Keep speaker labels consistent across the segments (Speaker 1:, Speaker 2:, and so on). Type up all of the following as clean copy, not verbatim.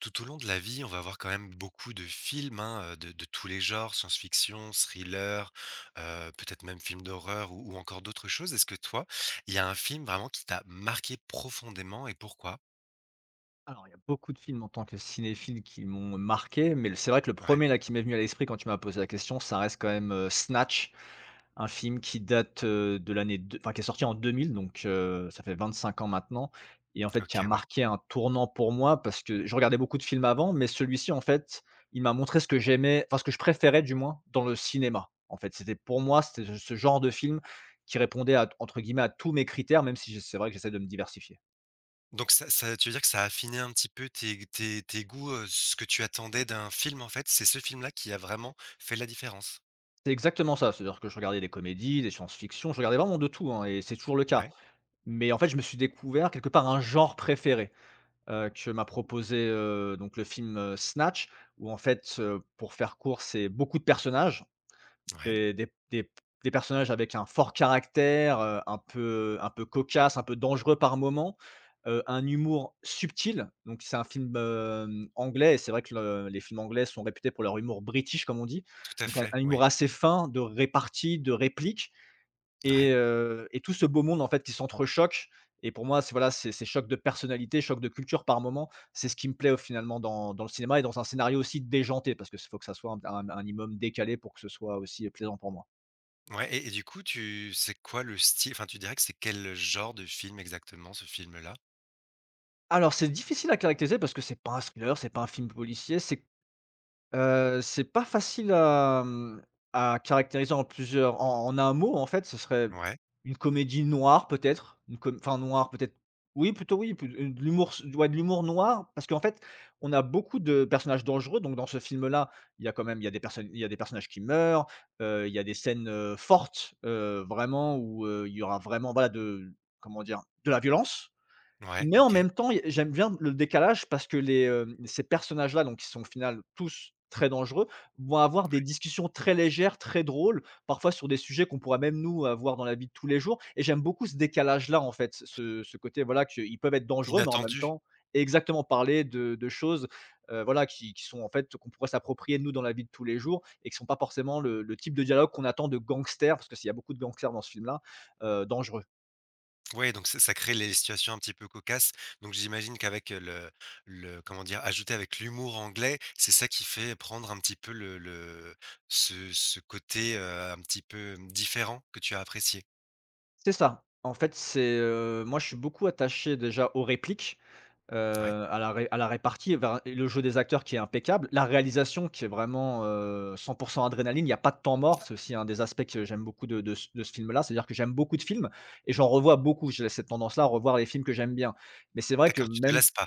Speaker 1: Tout au long de la vie, on va avoir quand même beaucoup de films hein, de tous les genres, science-fiction, thriller, peut-être même films d'horreur ou encore d'autres choses. Est-ce que toi, il y a un film vraiment qui t'a marqué profondément et pourquoi?
Speaker 2: Alors, il y a beaucoup de films en tant que cinéphile qui m'ont marqué, mais le c'est vrai que le
Speaker 1: Ouais,
Speaker 2: premier là qui m'est venu à l'esprit quand tu m'as posé la question, ça reste quand même, Snatch, un film qui date, de l'année deux enfin qui est sorti en 2000, donc ça fait 25 ans maintenant et en fait qui a
Speaker 1: ok, ouais.
Speaker 2: marqué un tournant pour moi parce que je regardais beaucoup de films avant, mais celui-ci en fait, il m'a montré ce que j'aimais, enfin ce que je préférais du moins dans le cinéma. En fait, c'était pour moi, c'était ce genre de film qui répondait à entre guillemets «à tous mes critères», même si je c'est vrai que j'essaie de me diversifier.
Speaker 1: Donc tu veux dire que ça a affiné un petit peu tes goûts, ce que tu attendais d'un film en fait, c'est ce film-là qui a vraiment fait la différence.
Speaker 2: C'est exactement ça, c'est-à-dire que je regardais des comédies, des science-fiction, je regardais vraiment de tout, hein, et c'est toujours le cas.
Speaker 1: Ouais,
Speaker 2: Mais en fait, je me suis découvert quelque part un genre préféré, que m'a proposé, donc le film, Snatch où en fait, pour faire court, c'est beaucoup de personnages,
Speaker 1: ouais,
Speaker 2: des des des des personnages avec un fort caractère, un peu cocasse, un peu dangereux par moment, un humour subtil. Donc c'est un film, anglais, et c'est vrai que le les films anglais sont réputés pour leur humour british comme on dit.
Speaker 1: tout à
Speaker 2: Donc un
Speaker 1: fait,
Speaker 2: un
Speaker 1: oui,
Speaker 2: humour assez fin, de répartie, de répliques,
Speaker 1: ouais.
Speaker 2: et tout ce beau monde en fait qui s'entrechoque, et pour moi, c'est voilà, c'est choc de personnalité, choc de culture par moment. C'est ce qui me plaît, finalement, dans le cinéma et dans un scénario aussi déjanté parce que s faut que ça soit un un minimum décalé pour que ce soit aussi plaisant pour moi.
Speaker 1: Ouais, et du coup, tu, c'est quoi le style, enfin, tu dirais que c'est quel genre de film exactement ce film-là?
Speaker 2: Alors c'est difficile à caractériser parce que c'est pas un thriller, c'est pas un film policier, c'est… c'est pas facile à, mmh, à caractériser en plusieurs, en un mot, en fait, ce serait
Speaker 1: Ouais,
Speaker 2: une comédie noire peut-être, une com enfin noire peut-être, oui, plutôt oui, plut de l'humour s ouais, de l'humour noir, parce qu'en fait, on a beaucoup de personnages dangereux donc dans ce film-là, il y a quand même il y a des personnages qui meurent, il y a des scènes, fortes, vraiment où, il y aura vraiment, voilà, de… comment dire? De la violence.
Speaker 1: ouais,
Speaker 2: Mais en
Speaker 1: OK.
Speaker 2: même temps, il y a j'aime bien le décalage parce que les, ces personnages-là, donc qui sont au final tous très dangereux, vont avoir des discussions très légères, très drôles, parfois sur des sujets qu'on pourrait même nous avoir dans la vie de tous les jours, et j'aime beaucoup ce décalage-là en fait, ce côté voilà, qu'ils peuvent être dangereux, mais en même
Speaker 1: Inattendu.
Speaker 2: temps exactement, parler de choses, voilà, qui sont en fait, qu'on pourrait s'approprier nous dans la vie de tous les jours et qui sont pas forcément le type de dialogue qu'on attend de gangsters, parce que s'il y a beaucoup de gangsters dans ce film-là, dangereux.
Speaker 1: Ouais, donc ça crée les situations un petit peu cocasses. Donc j'imagine qu'avec le comment dire? Ajouté avec l'humour anglais, c'est ça qui fait prendre un petit peu le ce côté, un petit peu différent que tu as apprécié.
Speaker 2: C'est ça. En fait, c'est, moi, je suis beaucoup attaché déjà aux répliques,
Speaker 1: Ouais,
Speaker 2: à la ré à la répartie, enfin, le jeu des acteurs qui est impeccable, la réalisation qui est vraiment, 100 adrénaline, il y a pas de temps mort. C'est aussi un des aspects que j'aime beaucoup de ce film-là. C'est-à-dire que j'aime beaucoup de films et j'en revois beaucoup. J'ai cette tendance-là à revoir les films que j'aime bien. Mais c'est vrai que
Speaker 1: d'accord, tu te
Speaker 2: même…
Speaker 1: lasses pas,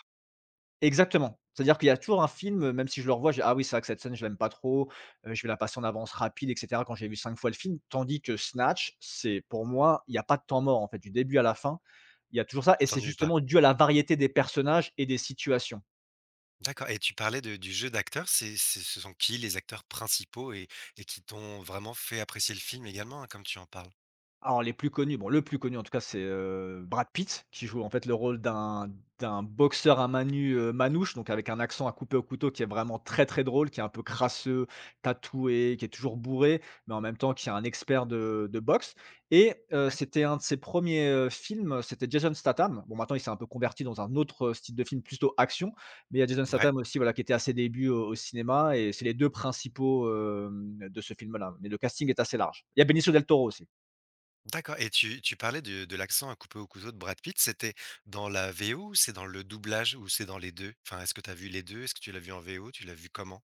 Speaker 2: Exactement. C'est-à-dire qu'il y a toujours un film, même si je le revois, je dis: «Ah oui, c'est vrai que cette scène, je l'aime pas trop, je vais la passer en avance rapide» et cetera, quand j'ai vu 5 fois le film. Tandis que Snatch, c'est pour moi, il y a pas de temps mort, en fait, du début à la fin, il y a toujours ça,
Speaker 1: tu
Speaker 2: et c'est
Speaker 1: t'ennuies pas.
Speaker 2: justement dû à la variété des personnages et des situations.
Speaker 1: D'accord et tu parlais de du jeu d'acteurs, c'est ce sont qui les acteurs principaux et qui t'ont vraiment fait apprécier le film également, hein, comme tu en parles?
Speaker 2: Alors les plus connus, bon le plus connu en tout cas c'est, Brad Pitt, qui joue en fait le rôle d'un boxeur à mains nues, manouche, donc avec un accent à couper au couteau qui est vraiment très, très drôle, qui est un peu crasseux, tatoué, qui est toujours bourré, mais en même temps qui est un expert de boxe,
Speaker 1: Ouais,
Speaker 2: c'était un de ses premiers ers films, c'était Jason Statham. Bon maintenant il s'est un peu converti dans un autre, style de film plutôt action, mais il y a Jason
Speaker 1: ouais.
Speaker 2: Statham aussi, voilà, qui était à ses débuts au cinéma, et c'est les 2 principaux, de ce film là, mais le casting est assez large. Il y a Benicio del Toro aussi.
Speaker 1: D'accord et tu parlais de l'accent à couper au couteau de Brad Pitt, c'était dans la VO ou c'est dans le doublage ou c'est dans les deux? Enfin, est-ce que tu as vu les deux? Est-ce que tu l'as vu en VO? Tu l'as vu comment?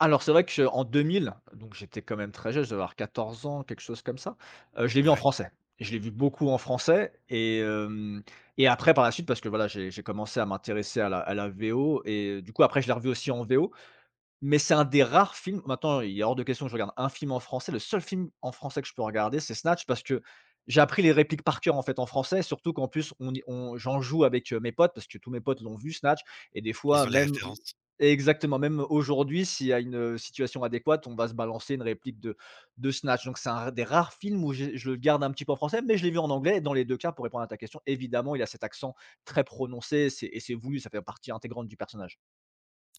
Speaker 2: Alors c'est vrai qu'en 2000, donc j'étais quand même très jeune, je devais avoir 14 ans, quelque chose comme ça, je l'ai vu en
Speaker 1: Ouais,
Speaker 2: français. Je l'ai vu beaucoup en français, et après par la suite parce que voilà, j'ai commencé à m'intéresser à la VO, et du coup après je l'ai revu aussi en VO, mais c'est un des rares films, maintenant il est hors de question que je regarde un film en français. Le seul film en français que je peux regarder, c'est Snatch, parce que j'ai appris les répliques par cœur, en fait, en français. Surtout qu'en plus, on y on j'en joue avec, mes potes, parce que tous mes potes l'ont vu, Snatch, et des
Speaker 1: ils
Speaker 2: fois
Speaker 1: ont les
Speaker 2: même…
Speaker 1: références?
Speaker 2: exactement, même aujourd'hui, s'il y a une, situation adéquate, on va se balancer une réplique de Snatch. Donc c'est un des rares films où j'ai je le garde un petit peu en français, mais je l'ai vu en anglais, et dans les 2 cas, pour répondre à ta question, évidemment, il a cet accent très prononcé, c'est et c'est voulu, ça fait partie intégrante du personnage.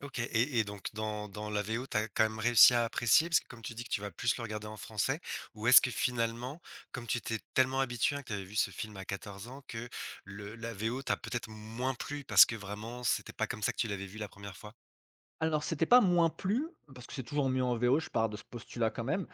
Speaker 1: OK et donc dans la VO, tu as quand même réussi à apprécier? Parce que comme tu dis que tu vas plus le regarder en français, ou est-ce que finalement, comme tu t'es tellement habitué, hein, que tu avais vu ce film à 14 ans, que le la VO t'a peut-être moins plu parce que vraiment c'était pas comme ça que tu l'avais vu la première fois?
Speaker 2: Alors, c'était pas moins plus, parce que c'est toujours mieux en VO, je pars de ce postulat quand même,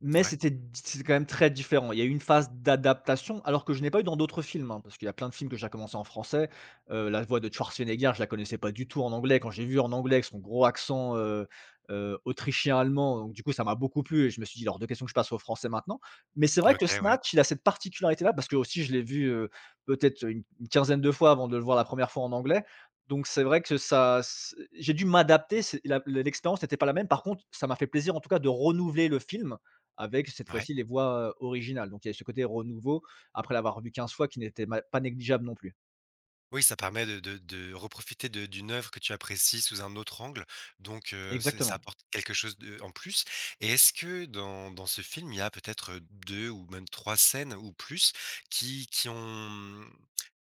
Speaker 2: mais
Speaker 1: Ouais.
Speaker 2: c'était quand même très différent. Il y a eu une phase d'adaptation, alors que je n'ai pas eu dans d'autres films, hein, parce qu'il y a plein de films que j'ai commencé en français. La voix de Schwarzenegger, je la connaissais pas du tout en anglais. Quand j'ai vu en anglais avec son gros accent, autrichien-allemand, donc du coup, ça m'a beaucoup plu et je me suis dit: «alors est hors de question que je passe au français maintenant». Mais c'est vrai que
Speaker 1: OK, ouais.
Speaker 2: Snatch, il a cette particularité-là, parce que aussi je l'ai vu, peut-être une 15aine de fois avant de le voir la première fois en anglais. Donc c'est vrai que ça c'est j'ai dû m'adapter, c'est la l'expérience n'était pas la même. Par contre, ça m'a fait plaisir en tout cas de renouveler le film avec cette
Speaker 1: Ouais.
Speaker 2: fois-ci les voix, originales. Donc il y a ce côté renouveau après l'avoir vu 15 fois qui n'était ma pas négligeable non plus.
Speaker 1: Oui, ça permet de reprofiter de d'une œuvre que tu apprécies sous un autre angle, donc c'est, ça
Speaker 2: Exactement.
Speaker 1: apporte quelque chose de en plus. Et est-ce que dans ce film, il y a peut-être 2 ou même 3 scènes ou plus qui ont, mmh,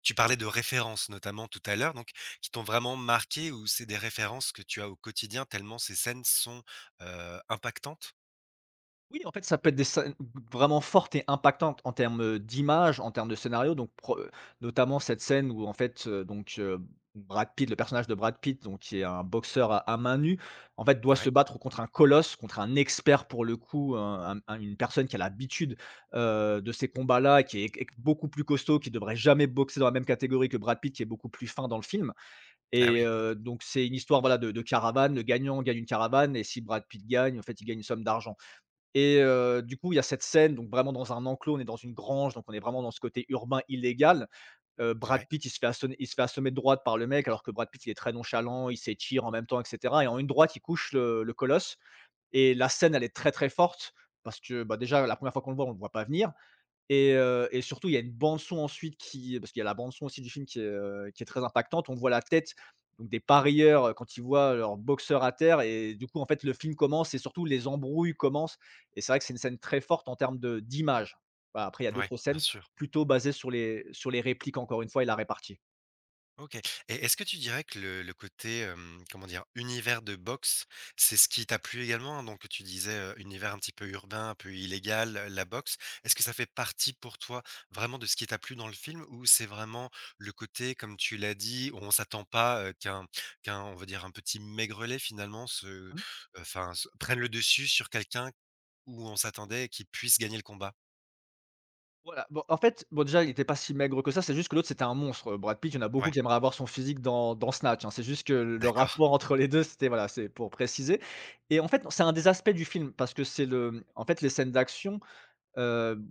Speaker 1: tu parlais de références notamment tout à l'heure, donc qui t'ont vraiment marqué, ou c'est des références que tu as au quotidien tellement ces scènes sont, impactantes?
Speaker 2: Oui, en fait, ça peut être des scènes vraiment fortes et impactantes en termes d'image, en termes de scénario, donc pro notamment cette scène où en fait, donc, Brad Pitt, le personnage de Brad Pitt, donc qui est un boxeur à mains nues, en fait, doit
Speaker 1: Ouais.
Speaker 2: se battre contre un colosse, contre un expert pour le coup, une personne qui a l'habitude, de ces combats-là, qui est q beaucoup plus costaud, qui devrait jamais boxer dans la même catégorie que Brad Pitt, qui est beaucoup plus fin dans le film.
Speaker 1: Ah
Speaker 2: Et
Speaker 1: oui.
Speaker 2: donc c'est une histoire, voilà, de caravane. Le gagnant gagne une caravane et si Brad Pitt gagne, en fait, il gagne une somme d'argent, du coup, il y a cette scène, donc vraiment dans un enclos, on est dans une grange, donc on est vraiment dans ce côté urbain illégal. Brad
Speaker 1: Ouais.
Speaker 2: Pitt, il se fait assommer de droite par le mec, alors que Brad Pitt, il est très nonchalant, il s'étire en même temps et cetera, et en une droite, il couche le colosse, et la scène, elle est très, très forte parce que, bah, déjà, la première fois qu'on le voit, on ne le voit pas venir, et surtout, il y a une bande son ensuite qui parce qu'il y a la bande son aussi du film qui est très impactante. On voit la tête donc des parieurs, quand ils voient leur boxeur à terre et du coup, en fait, le film commence et surtout les embrouilles commencent et c'est vrai que c'est une scène très forte en termes de d'image. Voilà, après il y a
Speaker 1: Ouais,
Speaker 2: d'autres
Speaker 1: bien
Speaker 2: scènes
Speaker 1: sûr.
Speaker 2: plutôt basées sur les répliques encore une fois et la répartie.
Speaker 1: OK. Et est-ce que tu dirais que le côté, hem, comment dire? Univers de boxe, c'est ce qui t'a plu également? Hein? Donc tu disais, univers un petit peu urbain, un peu illégal, la boxe. Est-ce que ça fait partie pour toi vraiment de ce qui t'a plu dans le film? Ou c'est vraiment le côté, comme tu l'as dit, où on s'attend pas, qu'un, on va dire, un petit maigrelet finalement se
Speaker 2: Mmh.
Speaker 1: enfin, se prenne le dessus sur quelqu'un où on s'attendait qu'il puisse gagner le combat?
Speaker 2: Voilà, bon, en fait, bon, déjà, il était pas si maigre que ça, c'est juste que l'autre, c'était un monstre. Brad Pitt, il y en a beaucoup
Speaker 1: Ouais,
Speaker 2: qui aimeraient avoir son physique dans Snatch, hein. C'est juste que le
Speaker 1: d'accord,
Speaker 2: rapport entre les 2, c'était voilà, c'est pour préciser et en fait, c'est un des aspects du film parce que c'est le, mmh, en fait, les scènes d'action, heu,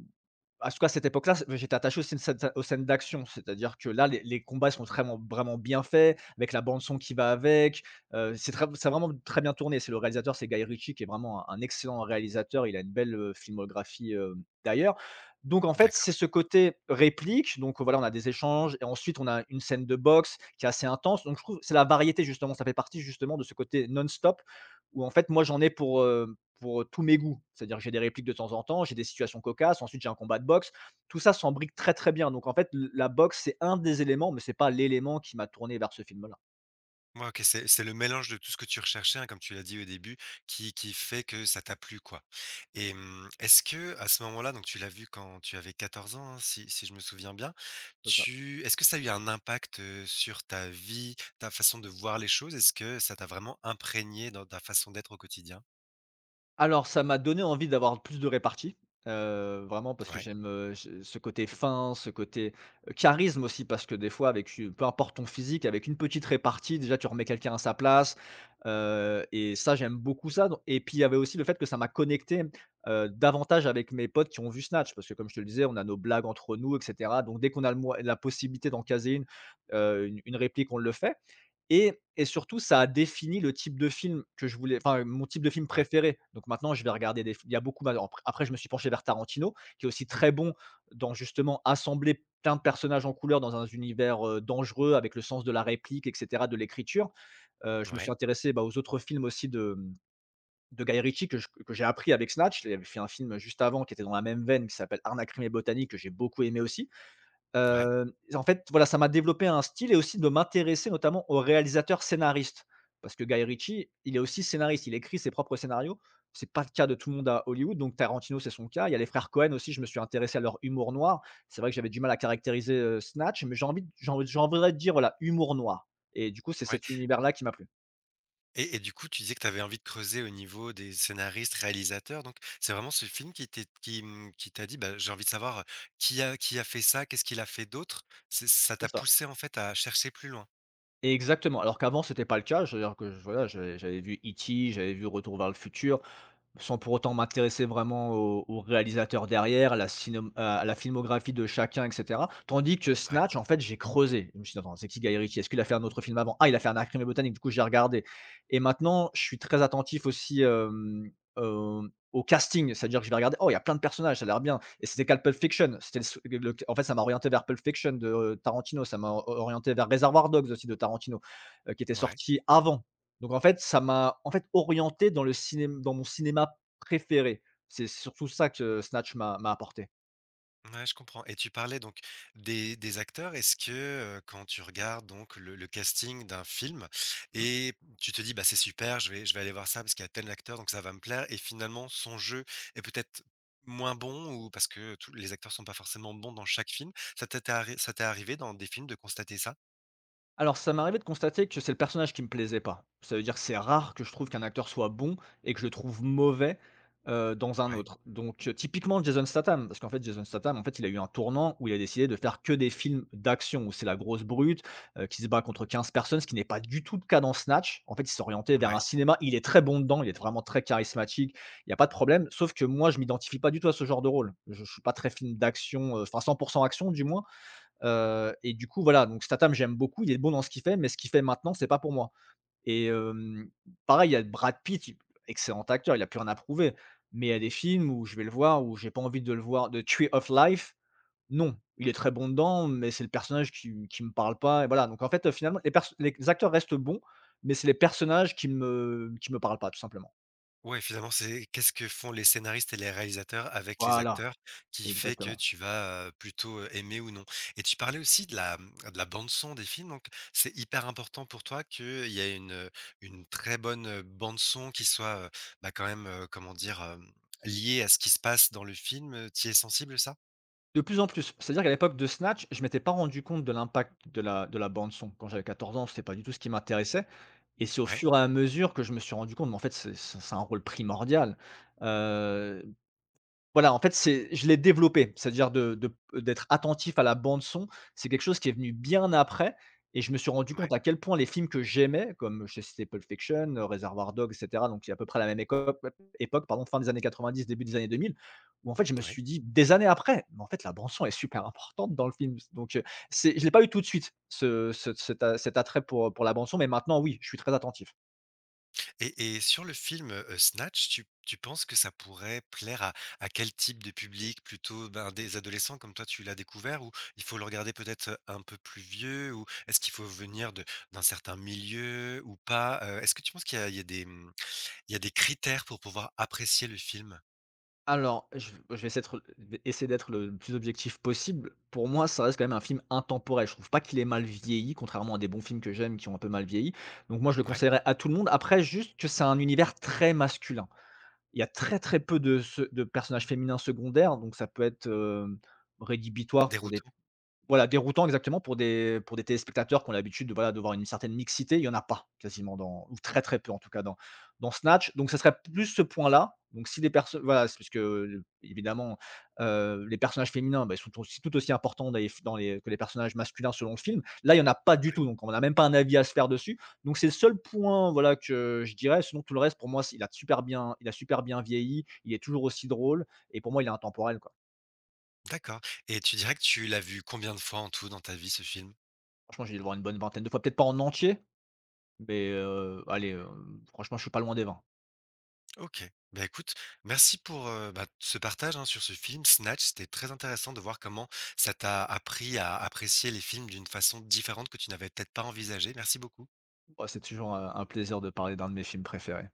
Speaker 2: en tout cas, à cette époque-là, c j'étais attaché aux scènes d'action. C'est-à-dire que là, les combats sont vraiment vraiment bien faits, avec la bande son qui va avec. C'est très c'est vraiment très bien tourné. C'est le réalisateur, c'est Guy Ritchie, qui est vraiment un excellent réalisateur. Il a une belle, filmographie, d'ailleurs. Donc en fait, c'est
Speaker 1: d'accord.
Speaker 2: ce côté réplique, donc voilà, on a des échanges et ensuite on a une scène de boxe qui est assez intense. Donc je trouve que c'est la variété justement, ça fait partie justement de ce côté non-stop où en fait, moi, j'en ai pour, tous mes goûts. C'est-à-dire que j'ai des répliques de temps en temps, j'ai des situations cocasses, ensuite j'ai un combat de boxe. Tout ça s'embrique très, très bien. Donc en fait, l la boxe, c'est un des éléments, mais c'est pas l'élément qui m'a tourné vers ce film-là,
Speaker 1: Ouais, OK, c'est le mélange de tout ce que tu recherchais, hein, comme tu l'as dit au début, qui fait que ça t'a plu, quoi. Et mmh, est-ce que à ce moment-là, donc tu l'as vu quand tu avais 14 ans, hein, si si je me souviens bien,
Speaker 2: comme ça.
Speaker 1: tu, est-ce que ça a eu un impact, sur ta vie, ta façon de voir les choses? Est-ce que ça t'a vraiment imprégné dans ta façon d'être au quotidien?
Speaker 2: Alors, ça m'a donné envie d'avoir plus de répartie, vraiment parce que
Speaker 1: Ouais,
Speaker 2: j'aime, ce côté fin, ce côté, charisme aussi parce que des fois avec u peu importe ton physique, avec une petite répartie, déjà tu remets quelqu'un à sa place, et ça j'aime beaucoup ça don et puis il y avait aussi le fait que ça m'a connecté, davantage avec mes potes qui ont vu Snatch parce que comme je te le disais, on a nos blagues entre nous et cetera donc dès qu'on a le moy la possibilité d'en caser une, une réplique, on le fait et surtout, ça a défini le type de film que je voulais enfin, mon type de film
Speaker 1: ouais,
Speaker 2: préféré. Donc maintenant, je vais regarder des il y a beaucoup après, je me suis penché vers Tarantino, qui est aussi très bon dans justement assembler plein de personnages en couleur dans un univers, dangereux avec le sens de la réplique et cetera, de l'écriture. Je me suis
Speaker 1: ouais,
Speaker 2: intéressé, aux autres films aussi de, mmh, de Guy Ritchie que j'ai appris avec Snatch. Il avait fait un film juste avant qui était dans la même veine qui s'appelle Arnaque, Crime et botanique que j'ai beaucoup aimé aussi.
Speaker 1: ouais,
Speaker 2: Heu, En fait, voilà, ça m'a développé un style et aussi de m'intéresser notamment aux réalisateurs scénaristes. Parce que Guy Ritchie, il est aussi scénariste, il écrit ses propres scénarios. C'est pas le cas de tout le monde à Hollywood, donc Tarantino, c'est son cas. Il y a les frères Cohen aussi, je me suis intéressé à leur humour noir. C'est vrai que j'avais du mal à caractériser, Snatch, mais j'ai envie de dire, voilà, humour noir et du coup, c'est
Speaker 1: ouais.
Speaker 2: cet univers-là qui m'a plu.
Speaker 1: Et du coup, tu disais que tu avais envie de creuser au niveau des scénaristes, réalisateurs, donc c'est vraiment ce film qui t'est qui, mmh, qui t'a dit: «Bah, j'ai envie de savoir, qui a fait ça? Qu'est-ce qu'il a fait d'autre?» C'est, ça
Speaker 2: C'est
Speaker 1: t'a
Speaker 2: ça.
Speaker 1: poussé, en fait, à chercher plus loin?
Speaker 2: Exactement, alors qu'avant, c'était pas le cas. C'est-à-dire que j'avais vu E.T, j'avais vu Retour vers le futur, sans pour autant m'intéresser vraiment au réalisateur derrière, la cinom à la filmographie de chacun et cetera. Tandis que
Speaker 1: Ouais,
Speaker 2: Snatch, en fait, j'ai creusé. Je me suis dit: «Attends, c'est qui Guy Ritchie? Est-ce qu'il a fait un autre film avant? Ah, il a fait un Anatomie Botanique», du coup, j'ai regardé et maintenant, je suis très attentif aussi, au casting. C'est-à-dire que je vais regarder: «Oh, il y a plein de personnages, ça a l'air bien» et c'était qu'à Pulp Fiction. C'était le s le En fait, ça m'a orienté vers Pulp Fiction de Tarantino, ça m'a orienté vers Reservoir Dogs aussi de Tarantino, qui était
Speaker 1: ouais.
Speaker 2: sorti avant. Donc en fait, ça m'a, en fait, orienté dans le cinéma dans mon cinéma préféré. C'est surtout ça que Snatch m'a apporté.
Speaker 1: Ouais, je comprends. Et tu parlais donc des acteurs. Est-ce que, quand tu regardes donc le casting d'un film, et tu te dis: «Bah, c'est super, je vais aller voir ça parce qu'il y a tel acteur donc ça va me plaire», et finalement son jeu est peut-être moins bon, ou parce que tous les acteurs sont pas forcément bons dans chaque film. Ça t'est arrivé dans des films de constater ça?
Speaker 2: Alors, ça m'est arrivé de constater que c'est le personnage qui me plaisait pas. Ça veut dire que c'est rare que je trouve qu'un acteur soit bon et que je le trouve mauvais, dans un
Speaker 1: Ouais,
Speaker 2: autre. Donc, typiquement Jason Statham, parce qu'en fait Jason Statham, en fait, il a eu un tournant où il a décidé de faire que des films d'action, où c'est la grosse brute, qui se bat contre 15 personnes, ce qui n'est pas du tout le cas dans Snatch. En fait, il s'est orienté vers un
Speaker 1: ouais.
Speaker 2: cinéma il est très bon dedans, il est vraiment très charismatique, il y a pas de problème, sauf que moi, je m'identifie pas du tout à ce genre de rôle. Je suis pas très film d'action, enfin 100 action du moins, et du coup, voilà, donc Statham, j'aime beaucoup, il est bon dans ce qu'il fait, mais ce qu'il fait maintenant, c'est pas pour moi et pareil, il y a Brad Pitt, il excellent acteur, il a plus rien à prouver, mais il y a des films où je vais le voir, où j'ai pas envie de le voir de Tree of Life, non, il est très bon dedans, mais c'est le personnage qui me parle pas et voilà, donc en fait, finalement, les acteurs restent bons, mais c'est les personnages qui me parlent pas, tout simplement.
Speaker 1: Ouais, finalement, c'est qu'est-ce que font les scénaristes et les réalisateurs avec les
Speaker 2: Voilà,
Speaker 1: acteurs qui fait que
Speaker 2: exactement.
Speaker 1: tu vas, plutôt, aimer ou non? Et tu parlais aussi de la, mmh, de la bande son des films, donc c'est hyper important pour toi qu'il y ait une très bonne bande son qui soit, bah, quand même, comment dire? Hem, liée à ce qui se passe dans le film, tu y es sensible ça?
Speaker 2: De plus en plus. C'est-à-dire qu'à l'époque de Snatch, je m'étais pas rendu compte de l'impact de la bande son. Quand j'avais 14 ans, c'était pas du tout ce qui m'intéressait et c'est au
Speaker 1: Ouais,
Speaker 2: fur et à mesure que je me suis rendu compte, mais en fait, c'est un rôle primordial. Heu, voilà, en fait, c'est je l'ai développé, c'est-à-dire de d'être attentif à la bande son. C'est quelque chose qui est venu bien après et je me suis rendu
Speaker 1: ouais,
Speaker 2: compte à quel point les films que j'aimais, comme je t'ai Pulp Fiction, Reservoir Dogs et cetera, donc il y a à peu près la même écope époque, pardon, fin des années 90, début des années 2000, où en fait, je me
Speaker 1: ouais.
Speaker 2: suis dit des années après: «Mais en fait, la bande son est super importante dans le film». Donc c'est je l'ai pas eu tout de suite ce cet attrait pour la bande son, mais maintenant oui, je suis très attentif.
Speaker 1: Et sur le film, Snatch, tu penses que ça pourrait plaire à quel type de public? Plutôt, ben, des adolescents comme toi tu l'as découvert, ou il faut le regarder peut-être un peu plus vieux? Ou est-ce qu'il faut venir de d'un certain milieu ou pas? Est-ce que tu penses qu'il y a il y a des, mmh, il y a des critères pour pouvoir apprécier le film?
Speaker 2: Alors, je vais essayer d'être le plus objectif possible. Pour moi, ça reste quand même un film intemporel. Je trouve pas qu'il est mal vieilli, contrairement à des bons films que j'aime qui ont un peu mal vieilli. Donc moi, je le
Speaker 1: Ouais.
Speaker 2: conseillerais à tout le monde. Après, juste que c'est un univers très masculin. Il y a très, très peu de personnages féminins secondaires, donc ça peut être, rédhibitoire pour des
Speaker 1: Déroutant?
Speaker 2: voilà, déroutant exactement pour des téléspectateurs qui ont l'habitude de, voilà, de voir une certaine mixité, il y en a pas quasiment dans ou très, très peu en tout cas dans Snatch, donc ça serait plus ce point-là. Donc si des personnes voilà, c'est parce que, évidemment, les personnages féminins, bah, ils sont aussi tout aussi importants dans les personnages masculins selon le film. Là, il y en a pas du
Speaker 1: Oui,
Speaker 2: tout, donc on n'a même pas un avis à se faire dessus. Donc c'est le seul point, voilà, que je dirais, sinon tout le reste pour moi, c'est il a super bien vieilli, il est toujours aussi drôle et pour moi il est intemporel, quoi.
Speaker 1: d'accord. Et tu dirais que tu l'as vu combien de fois en tout dans ta vie, ce film?
Speaker 2: Franchement, j'ai dû le voir une bonne vingtaine de fois, peut-être pas en entier. Mais, allez, franchement, je suis pas loin des 20.
Speaker 1: OK. Bah, écoute, merci pour, bah, ce partage, hein, sur ce film Snatch. C'était très intéressant de voir comment ça t'a appris à apprécier les films d'une façon différente que tu n'avais peut-être pas envisagée. Merci beaucoup.
Speaker 2: Bah, c'est toujours, un plaisir de parler d'un de mes films préférés.